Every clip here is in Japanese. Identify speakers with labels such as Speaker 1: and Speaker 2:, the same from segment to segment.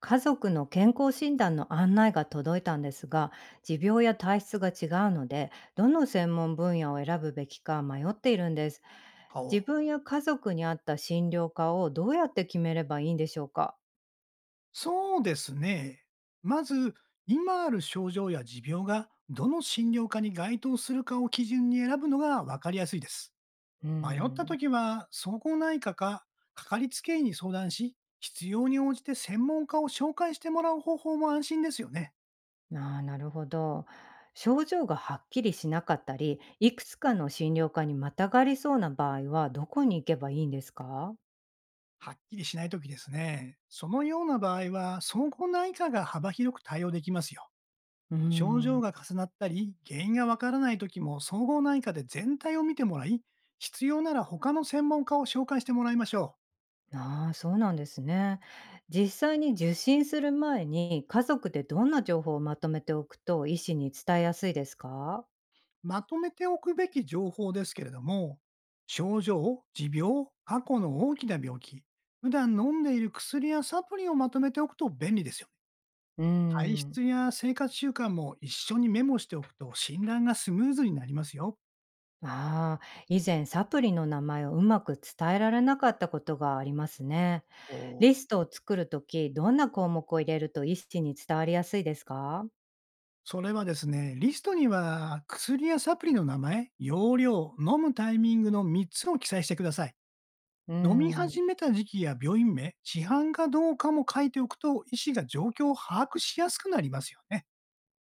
Speaker 1: 家族の健康診断の案内が届いたんですが、持病や体質が違うので、どの専門分野を選ぶべきか迷っているんです。
Speaker 2: お。
Speaker 1: 自分や家族に合った診療科をどうやって決めればいいんでしょうか。
Speaker 2: そうですね。まず、今ある症状や持病がどの診療科に該当するかを基準に選ぶのが分かりやすいです。
Speaker 1: うー
Speaker 2: 迷った
Speaker 1: ん。
Speaker 2: ときは、総合内科かかかりつけ医に相談し、必要に応じて専門家を紹介してもらう方法も安心ですよね。
Speaker 1: ああ、ーなるほど。症状がはっきりしなかったり、いくつかの診療科にまたがりそうな場合はどこに行けばいいんですか？
Speaker 2: はっきりしないときですね。そのような場合は、総合内科が幅広く対応できますよ。
Speaker 1: うー
Speaker 2: 症状
Speaker 1: ん。
Speaker 2: が重なったり、原因がわからないときも、総合内科で全体を見てもらい、必要なら他の専門家を紹介してもらいましょ
Speaker 1: ああ、そうなんですね。実際に受診する前に、家族でどんな情報をまとめておくと医師に伝えやすいですか？
Speaker 2: う。まとめておくべき情報ですけれども、症状、持病、過去の大きな病気、普段飲んでいる薬やサプリをまとめておくと便利ですよね。
Speaker 1: うー
Speaker 2: 体
Speaker 1: ん。
Speaker 2: 質や生活習慣も一緒にメモしておくと診断がスムーズになりますよ。
Speaker 1: ああ、以前サプリの名前をうまく伝えられなかったことがありますね。
Speaker 2: おー、
Speaker 1: リストを作るとき、どんな項目を入れると医師に伝わりやすいですか？
Speaker 2: それはですね、リストには薬やサプリの名前、容量、飲むタイミングの3つを記載してください。
Speaker 1: うー
Speaker 2: 飲み
Speaker 1: ん。
Speaker 2: 始めた時期や病院名、市販かどうかも書いておくと、医師が状況を把握しやすくなりますよね。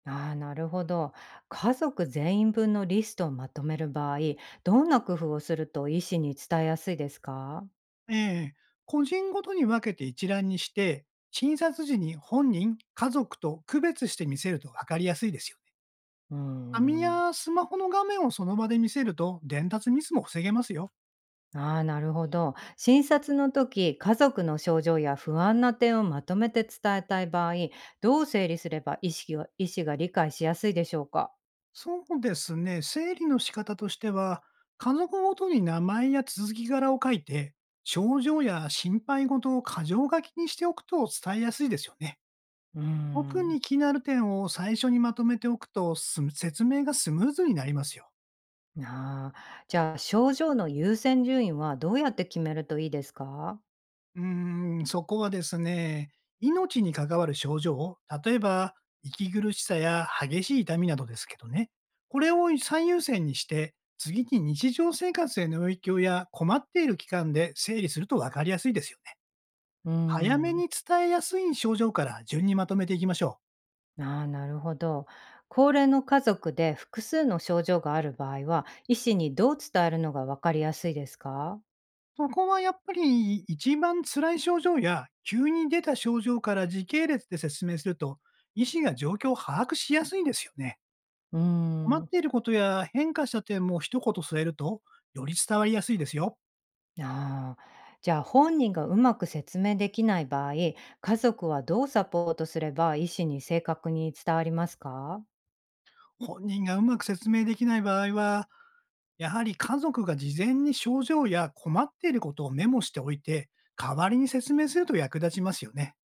Speaker 1: ああ、なるほど。家族全員分のリストをまとめる場合、どんな工夫をすると医師に伝えやすいですか？
Speaker 2: ええ、個人ごとに分けて一覧にして、診察時に本人、家族と区別して見せると分かりやすいですよね。
Speaker 1: うー
Speaker 2: 紙
Speaker 1: ん。
Speaker 2: やスマホの画面をその場で見せると、伝達ミスも防げますよ。
Speaker 1: ああ、なるほど。診察の時、家族の症状や不安な点をまとめて伝えたい場合、どう整理すれば意識が医師が理解しやすいでしょうか。
Speaker 2: そうですね。整理の仕方としては、家族ごとに名前や続き柄を書いて、症状や心配事を箇条書きにしておくと伝えやすいですよね。
Speaker 1: うー
Speaker 2: 特
Speaker 1: ん。
Speaker 2: に気になる点を最初にまとめておくとす説明がスムーズになりますよ。
Speaker 1: ああ、じゃあ症状の優先順位はどうやって決めるといいですか？
Speaker 2: そこはですね、命に関わる症状、例えば息苦しさや激しい痛みなどですけどね、これを最優先にして、次に日常生活への影響や困っている期間で整理すると分かりやすいですよね。
Speaker 1: うー
Speaker 2: 早め
Speaker 1: ん。
Speaker 2: に伝えやすい症状から順にまとめていきましょ
Speaker 1: ああ、なるほど。高齢の家族で複数の症状がある場合は、医師にどう伝えるのがわかりやすいですか？
Speaker 2: う。そこはやっぱり一番辛い症状や急に出た症状から時系列で説明すると、医師が状況を把握しやすいんですよね。
Speaker 1: うー
Speaker 2: 困っ
Speaker 1: ん。
Speaker 2: ていることや変化した点も一言添えると、より伝わりやすいですよ。
Speaker 1: ああ、じゃあ本人がうまく説明できない場合、家族はどうサポートすれば医師に正確に伝わりますか？
Speaker 2: 本人がうまく説明できない場合は、やはり家族が事前に症状や困っていることをメモしておいて、代わりに説明すると役立ちますよね。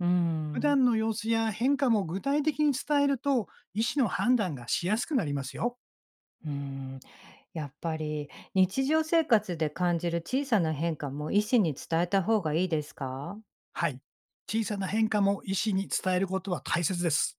Speaker 1: うー
Speaker 2: 普
Speaker 1: ん。
Speaker 2: 段の様子や変化も具体的に伝えると、医師の判断がしやすくなりますよ。
Speaker 1: うーん、やっぱり日常生活で感じる小さな変化も医師に伝えた方がいいですか？
Speaker 2: はい。小さな変化も医師に伝えることは大切です。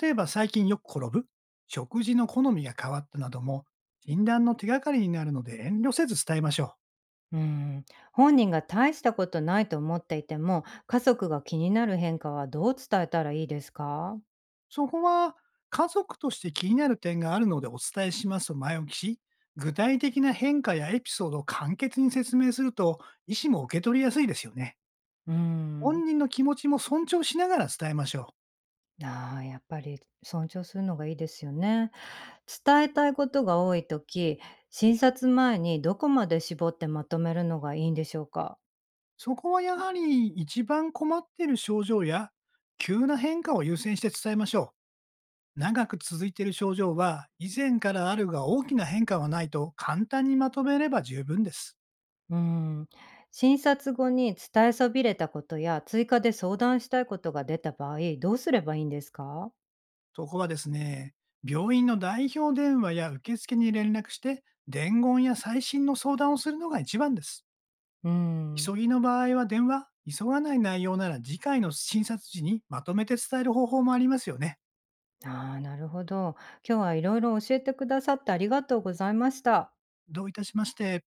Speaker 2: 例えば最近よく転ぶ、食事の好みが変わったなども、診断の手がかりになるので遠慮せず伝えましょう。
Speaker 1: うん。本人が大したことないと思っていても、家族が気になる変化はどう伝えたらいいですか？
Speaker 2: そこは、家族として気になる点があるのでお伝えしますと前置きし、具体的な変化やエピソードを簡潔に説明すると、医師も受け取りやすいですよね。
Speaker 1: う
Speaker 2: 本
Speaker 1: ん。
Speaker 2: 人の気持ちも尊重しながら伝えましょう。
Speaker 1: ああ、やっぱり尊重するのがいいですよね。伝えたいことが多いとき、診察前にどこまで絞ってまとめるのがいいんでしょうか？
Speaker 2: そこはやはり一番困っている症状や、急な変化を優先して伝えましょう。長く続いている症状は、以前からあるが大きな変化はないと簡単にまとめれば十分です。
Speaker 1: うん。診察後に伝えそびれたことや、追加で相談したいことが出た場合、どうすればいいんですか？
Speaker 2: とこはですね、病院の代表電話や受付に連絡して、伝言や最新の相談をするのが一番です。
Speaker 1: うん。
Speaker 2: 急ぎの場合は電話、急がない内容なら次回の診察時にまとめて伝える方法もありますよね。
Speaker 1: ああ、なるほど。今日は色々教えてくださってありがとうございました。
Speaker 2: どういたしまして。